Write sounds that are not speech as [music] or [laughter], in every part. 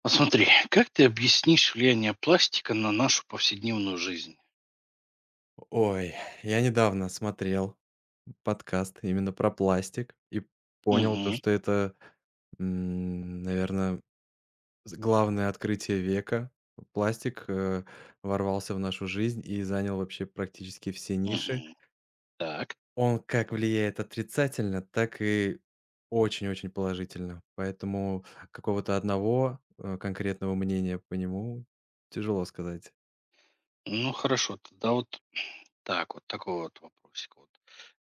Посмотри, как ты объяснишь влияние пластика на нашу повседневную жизнь? Ой, я недавно смотрел подкаст именно про пластик и понял то, Мгм, что это, наверное, главное открытие века. Пластик ворвался в нашу жизнь и занял вообще практически все ниши. мгм. Так, Он как влияет отрицательно, так и очень-очень положительно. Поэтому какого-то одного конкретного мнения по нему тяжело сказать. ну хорошо, тогда вот так вот, такой вот вопросик. Вот.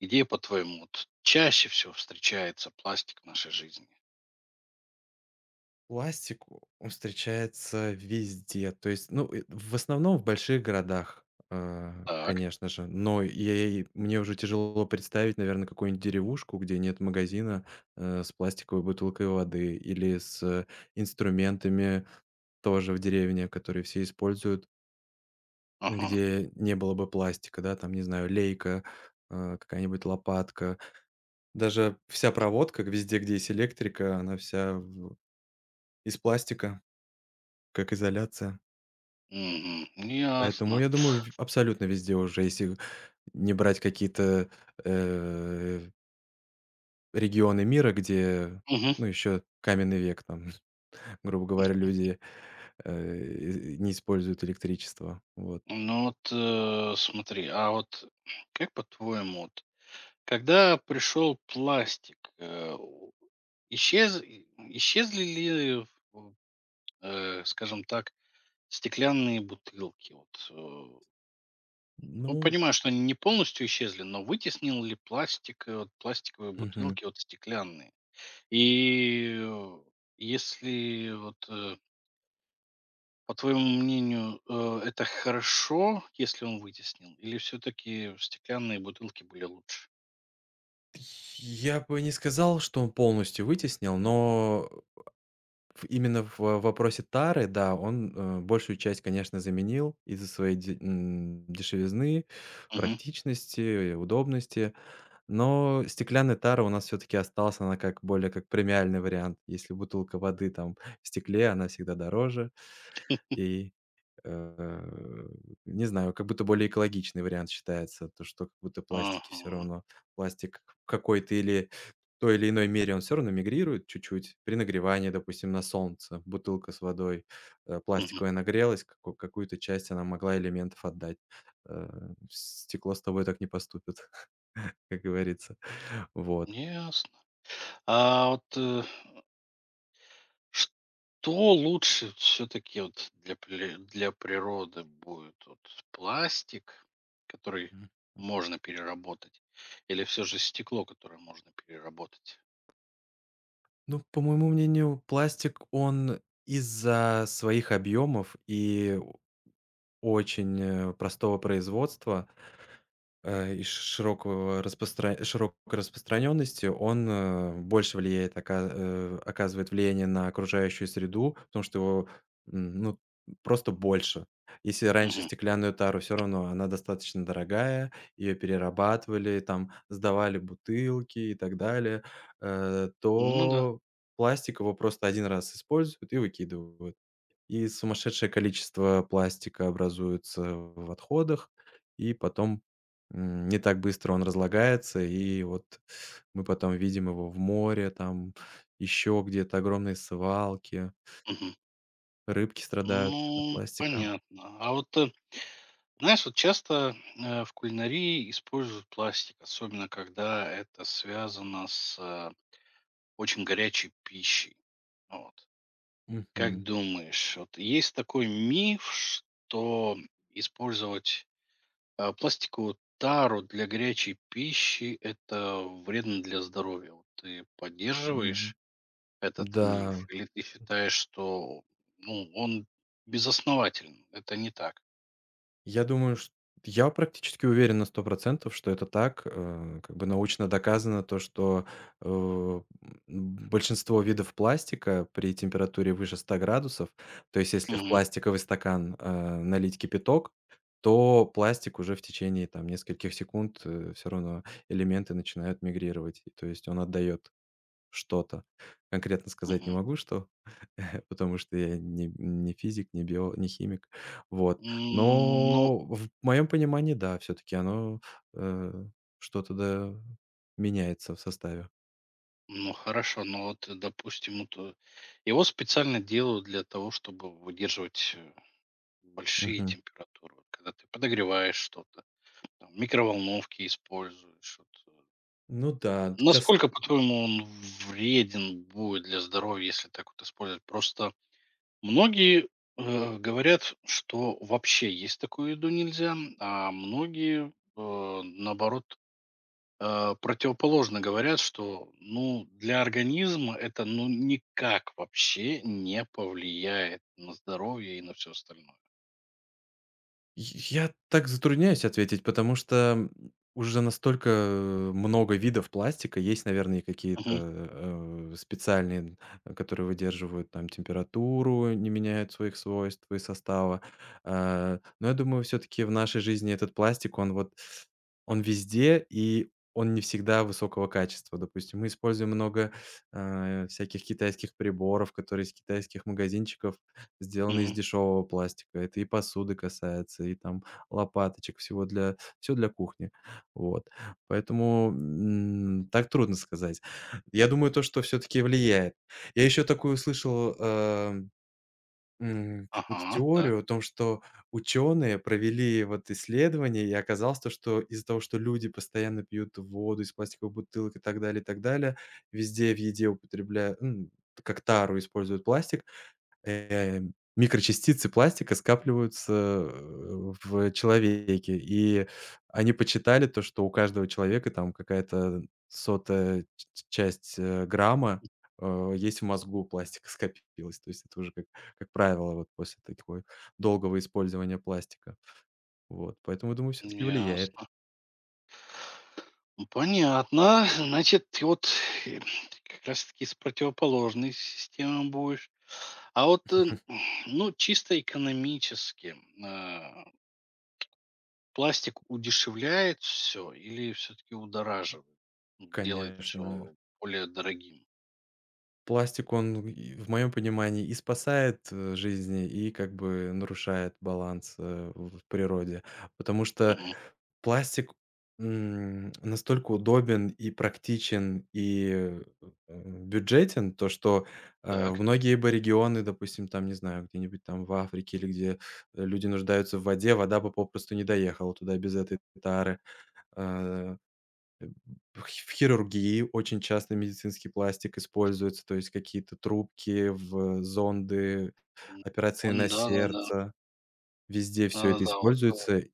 Где, по-твоему, вот чаще всего встречается пластик в нашей жизни? Пластик, он встречается везде. То есть, ну, в основном в больших городах, а, Так, конечно же. Но я и мне уже тяжело представить, наверное, какую-нибудь деревушку, где нет магазина, с пластиковой бутылкой воды или с инструментами тоже в деревне, которые все используют, ага, где не было бы пластика, да, там, не знаю, лейка, а, какая-нибудь лопатка. Даже вся проводка везде, где есть электрика, она вся в из пластика, как изоляция. мгм, Поэтому, ясно. я думаю, в абсолютно везде уже, если не брать какие-то, э, регионы мира, где, Мгм. ну, еще каменный век, там, [laughs] грубо говоря, люди, не используют электричество. Вот. Ну вот смотри, а вот как по-твоему, вот, когда пришел пластик, исчез, исчезли ли, скажем так, стеклянные бутылки. Вот, ну, Ну. понимаю, что они не полностью исчезли, но вытеснил ли пластик, вот пластиковые Мгм. бутылки, вот стеклянные? И, если вот, по твоему мнению, это хорошо, если он вытеснил, или все-таки стеклянные бутылки были лучше? Я бы не сказал, что он полностью вытеснил, но в именно в вопросе тары, да, он, большую часть, конечно, заменил из-за своей дешевизны, Мгм. практичности, удобности. Но стеклянная тара у нас все таки осталась, она как более, как премиальный вариант. Если бутылка воды там в стекле, она всегда дороже, [laughs] и Э, не знаю, как будто более экологичный вариант считается, то, что как будто Ага. Пластик в какой-то или той или иной мере, он все равно мигрирует чуть-чуть. При нагревании, допустим, на солнце, бутылка с водой, Мгм. пластиковая нагрелась, како какую-то часть она могла элементов отдать. Стекло с тобой так не поступит, [laughs] как говорится. Вот. Ясно. А вот, что лучше все-таки вот для природы будет? Вот пластик, который Мгм. можно переработать, или все же стекло, которое можно переработать? Ну, по моему мнению, пластик, он из-за своих объемов и очень, простого производства, э, и ш широкого распростра широкой распространенности, он, больше влияет, оказывает влияние на окружающую среду, потому что его, ну, просто больше. Если раньше Мгм. стеклянную тару все равно она достаточно дорогая, ее перерабатывали, там сдавали бутылки и так далее, Ну да. то пластик его просто один раз используют и выкидывают. И сумасшедшее количество пластика образуется в отходах, и потом, не так быстро он разлагается, и вот мы потом видим его в море, там еще где-то огромные свалки, Мгм. рыбки страдают от Ну, пластика. понятно. А вот, знаешь, вот часто в кулинарии используют пластик, особенно когда это связано с очень горячей пищей. Вот. Как Мгм. думаешь, вот есть такой миф, что использовать пластиковую тару для горячей пищи это вредно для здоровья? Вот ты М, поддерживаешь этот да. миф или ты считаешь, что ну, он безоснователен? Это не так. Я думаю, чт я практически уверен на 100%, что это так. Как бы научно доказано то, что, э, м, большинство видов пластика при температуре выше 100 градусов, то есть если в Мгм, пластиковый стакан, налить кипяток, то пластик уже в течение там нескольких секунд, все равно элементы начинают мигрировать. И то есть он отдает что-то. Конкретно сказать не мгм. могу, что, [laughs] потому что я не физик, не химик. Вот. М, Ну, Но в моем понимании, да, все таки оно, э, что-то да меняется в составе. ну хорошо, но вот, допустим, вот, его специально делают для того, чтобы выдерживать большие Мгм. температуры. Вот. Когда ты подогреваешь что-то, там микроволновки используешь. Вот. Ну да, сейчас. Насколько, по-твоему, он вреден будет для здоровья, если так вот использовать? Просто многие, говорят, что вообще есть такую еду нельзя, а многие, наоборот, противоположно говорят, что, ну, для организма это, ну, никак вообще не повлияет на здоровье и на все остальное. Я так затрудняюсь ответить, потому что, уже настолько, много видов пластика. Есть, наверное, и какие-то, Мгм, специальные, которые выдерживают там температуру, не меняют своих свойств и состава. А, но я думаю, все таки в нашей жизни этот пластик, он везде, и он не всегда высокого качества. Допустим, мы используем много, всяких китайских приборов, которые из китайских магазинчиков сделаны из мгм. дешевого пластика. Это и посуды касается, и там лопаточек, все для кухни. Вот. Поэтому, так трудно сказать. Я думаю, то, что все таки влияет. Я еще такую слышал, какую-то Ага, так. теорию о том, что ученые провели вот исследование, и оказалось то, что из-за того, что люди постоянно пьют воду из пластиковых бутылок и так далее, везде в еде употребляют, как тару используют пластик. Э, Микрочастицы пластика скапливаются, в человеке, и они почитали то, что у каждого человека там какая-то сотая ч ч часть, грамма, есть в мозгу, пластика скопилось. То есть это уже как правило вот после такого долгого использования пластика. Вот, поэтому, думаю, все таки влияет. Ясно. Ну, понятно. Значит, и вот, э, как раз таки с противоположной системы будешь. А вот, ну, чисто экономически, а, пластик удешевляет все или все-таки удораживает? Делает Конечно. все более дорогим? Пластик, он, и в моем понимании, и спасает, жизни, и как бы нарушает баланс, в природе. Потому что Мгм. пластик, настолько удобен и практичен, и, бюджетен, то что, в Так. многие бы регионы, допустим, там, не знаю, где-нибудь там в Африке или где люди нуждаются в воде, вода бы попросту не доехала туда без этой тары. Э, Э, в хирургии очень часто медицинский пластик используется, то есть какие-то трубки, в зонды, М. операции Он на да-да-да. сердце. Везде все это Да-да-да. Вот, используется,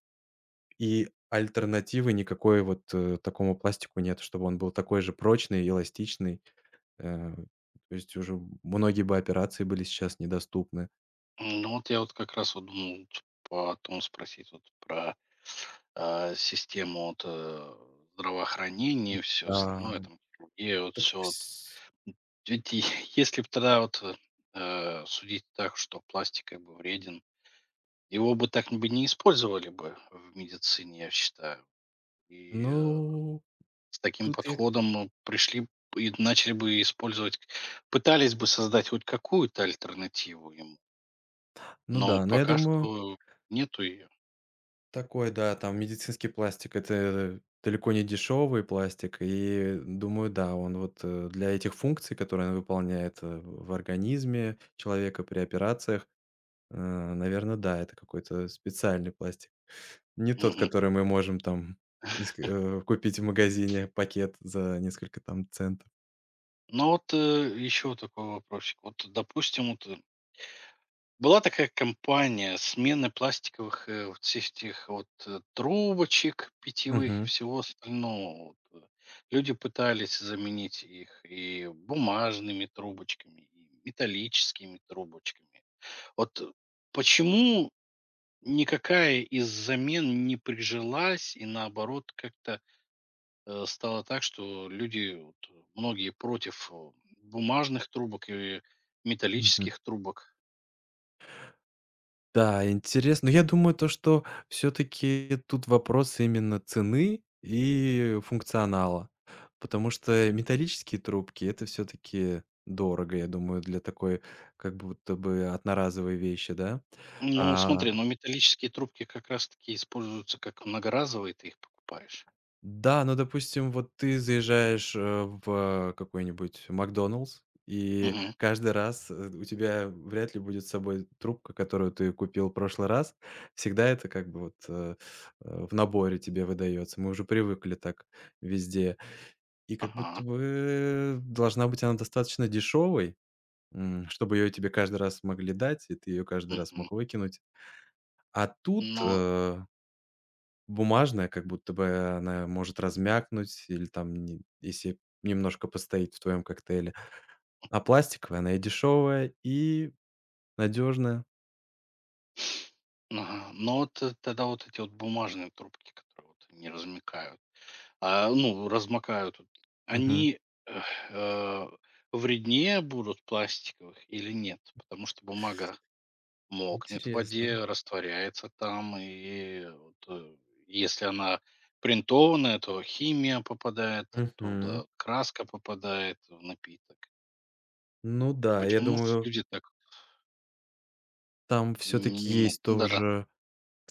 и альтернативы никакой вот, такому пластику нет, чтобы он был такой же прочный, эластичный. Э, То есть уже многие бы операции были сейчас недоступны. Ну вот я вот как раз вот думал вот потом спросить вот про систему вот, здравоохранения и все А, остальное, там, хирургия, вот так все вс вот. Ведь и [laughs] если бы тогда вот судить так, что пластик как бы вреден, его бы так бы не использовали бы в медицине, я считаю. И ну, с таким тут я, подходом пришли б и начали бы использовать, пытались бы создать хоть какую-то альтернативу ему. ну Но да, но я пока думаю. что нету. Такой, да, там медицинский пластик — это далеко не дешевый пластик. И думаю, да, он вот, для этих функций, которые он выполняет, в организме человека при операциях, наверное, да, это какой-то специальный пластик. Не тот, Мгм. который мы можем там купить в магазине пакет за несколько там центов. Ну вот, еще такой вопросик. Вот, допустим, вот, была такая компания смены пластиковых, вот всех этих вот, трубочек питьевых и Мгм. всего остального. Вот. Люди пытались заменить их и бумажными трубочками, и металлическими трубочками. Вот, почему никакая из замен не прижилась и, наоборот, как-то стало так, что люди, вот, многие против бумажных трубок и Мгм. металлических трубок. Да, интересно. Но я думаю, то, что все таки тут вопрос именно цены и функционала. Потому что металлические трубки — это все таки дорого, я думаю, для такой как будто бы одноразовой вещи, да. Ну, А, смотри, ну металлические трубки как раз-таки используются как многоразовые, ты их покупаешь. да, но, допустим, вот ты заезжаешь, в какой-нибудь "Макдоналдс", и Мгм. каждый раз, у тебя вряд ли будет с собой трубка, которую ты купил в прошлый раз. Всегда это как бы вот, в наборе тебе выдается. Мы уже привыкли так везде. И как Ага. будто бы должна быть она достаточно дешевой, чтобы ее тебе каждый раз могли дать, и ты ее каждый раз Мгм. мог выкинуть. А тут, Но, э Бумажная, как будто бы она может размякнуть или там не если немножко постоит в твоем коктейле. А пластиковая, она и дешевая, и надежная. ага. Но вот тогда вот эти вот бумажные трубки, которые вот не размыкают, а, ну, размокают, вот, Мгм. они эх, э, вреднее будут пластиковых или нет? Потому что бумага мокнет в Интересно. воде, растворяется там, и вот, если она принтованная, то химия попадает Мгм. оттуда, краска попадает в напиток. Ну да, я Почему ж думаю, люди так там не все-таки не могут? есть Да-да. тоже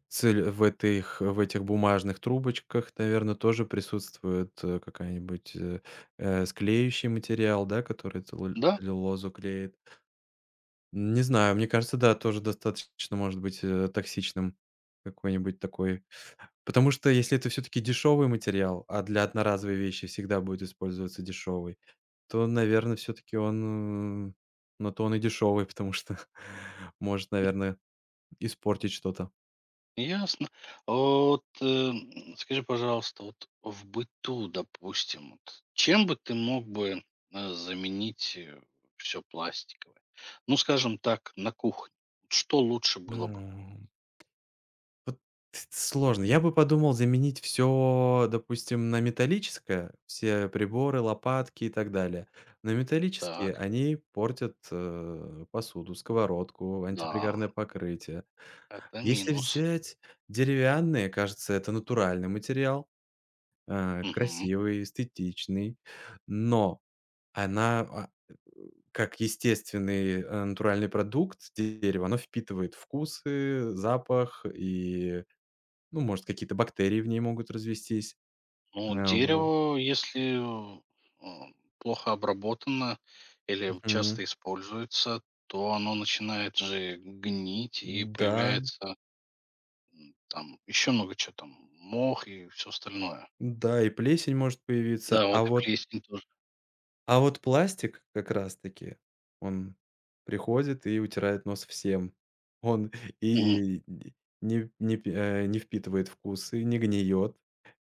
цель в этих бумажных трубочках, наверное, тоже присутствует, какая-нибудь, склеющий материал, да, который целлу Да, целлюлозу клеит. Не знаю, мне кажется, да, тоже достаточно может быть, токсичным какой-нибудь такой. Потому что если это все таки дешевый материал, а для одноразовой вещи всегда будет использоваться дешевый, то, наверное, все таки он, м, на то он и дешевый, потому что [laughs] может, наверное, испортить что-то. ясно. А вот, скажи, пожалуйста, вот в быту, допустим, вот чем бы ты мог бы, заменить, все всё пластиковое? Ну, скажем так, на кухне. Что лучше Ну. было бы? Вот сложно. Я бы подумал заменить все, допустим, на металлическое, все приборы, лопатки и так далее. На металлические, Так, они портят, посуду, сковородку, да. антипригарное покрытие. Это Если минус. взять деревянные, кажется, это натуральный материал, Мгм. красивый, эстетичный, но она, а, как естественный, натуральный продукт дерева, оно впитывает вкусы, запах и, ну, может, какие-то бактерии в ней могут развестись. Ну, А, во дерево, если а, плохо обработано или Мгм. часто используется, то оно начинает же гнить и Да, появляется там еще много чего там, мох и все остальное. да, и плесень может появиться. Да, вот А и вот плесень тоже. а вот пластик как раз таки, он приходит и утирает нос всем. Он Мгм. и не впитывает вкусы, не гниет,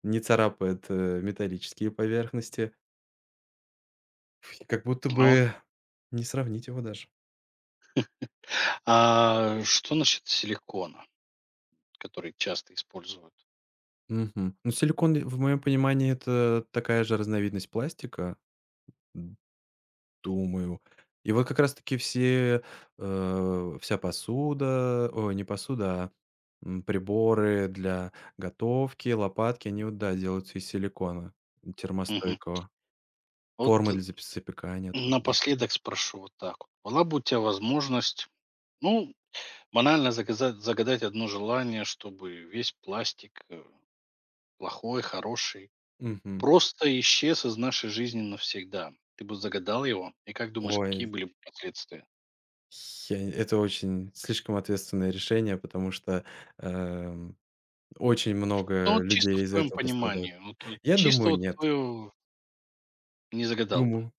не царапает, металлические поверхности. Как будто А вот бы не сравнить его даже. Что насчет силикона, который часто используют? Мгм. Ну, силикон, в моем понимании, это такая же разновидность пластика. Думаю. И вот как раз таки вся посуда, ой, не посуда, а, приборы для готовки, лопатки, они вот, да, делаются из силикона Мгм. термостойкого. Вот Формы для запи запекания тоже, да. напоследок спрошу вот так. Вот. Была бы у тебя возможность, ну, банально загадать одно желание, чтобы весь пластик, плохой, хороший, Мгм. просто исчез из нашей жизни навсегда. Ты бы загадал его, и как думаешь, какие Ой, были бы последствия? я это очень слишком ответственное решение, потому что, эм, очень Ну много вот чисто людей в из-за твоем этого пострадают. понимании, вот Я чисто думаю, вот нет. твоё не загадал бы. Думаю.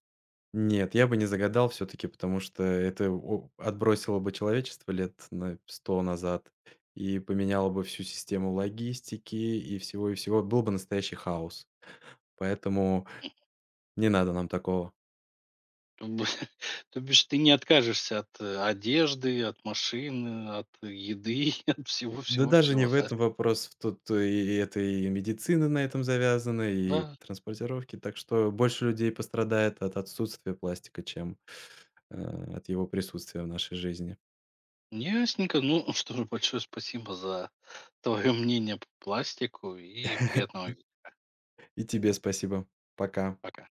Нет, я бы не загадал все-таки, потому что это отбросило бы человечество лет на 100 назад и поменяло бы всю систему логистики, и всего, и всего. Был бы настоящий хаос. Поэтому не надо нам такого. То бы [laughs] То бишь ты не откажешься от, одежды, от машины, от еды, [laughs] от Да даже не всего-всего-всего, в да? этом вопрос. В Тут, и это, и медицина на этом завязана, и Да. транспортировки. Так что больше людей пострадает от отсутствия пластика, чем э, от его присутствия в нашей жизни. Ясненько. Ну [laughs] что же, большое спасибо за твое мнение по пластику и [laughs] приятного вечера. И тебе спасибо. Пока. Пока.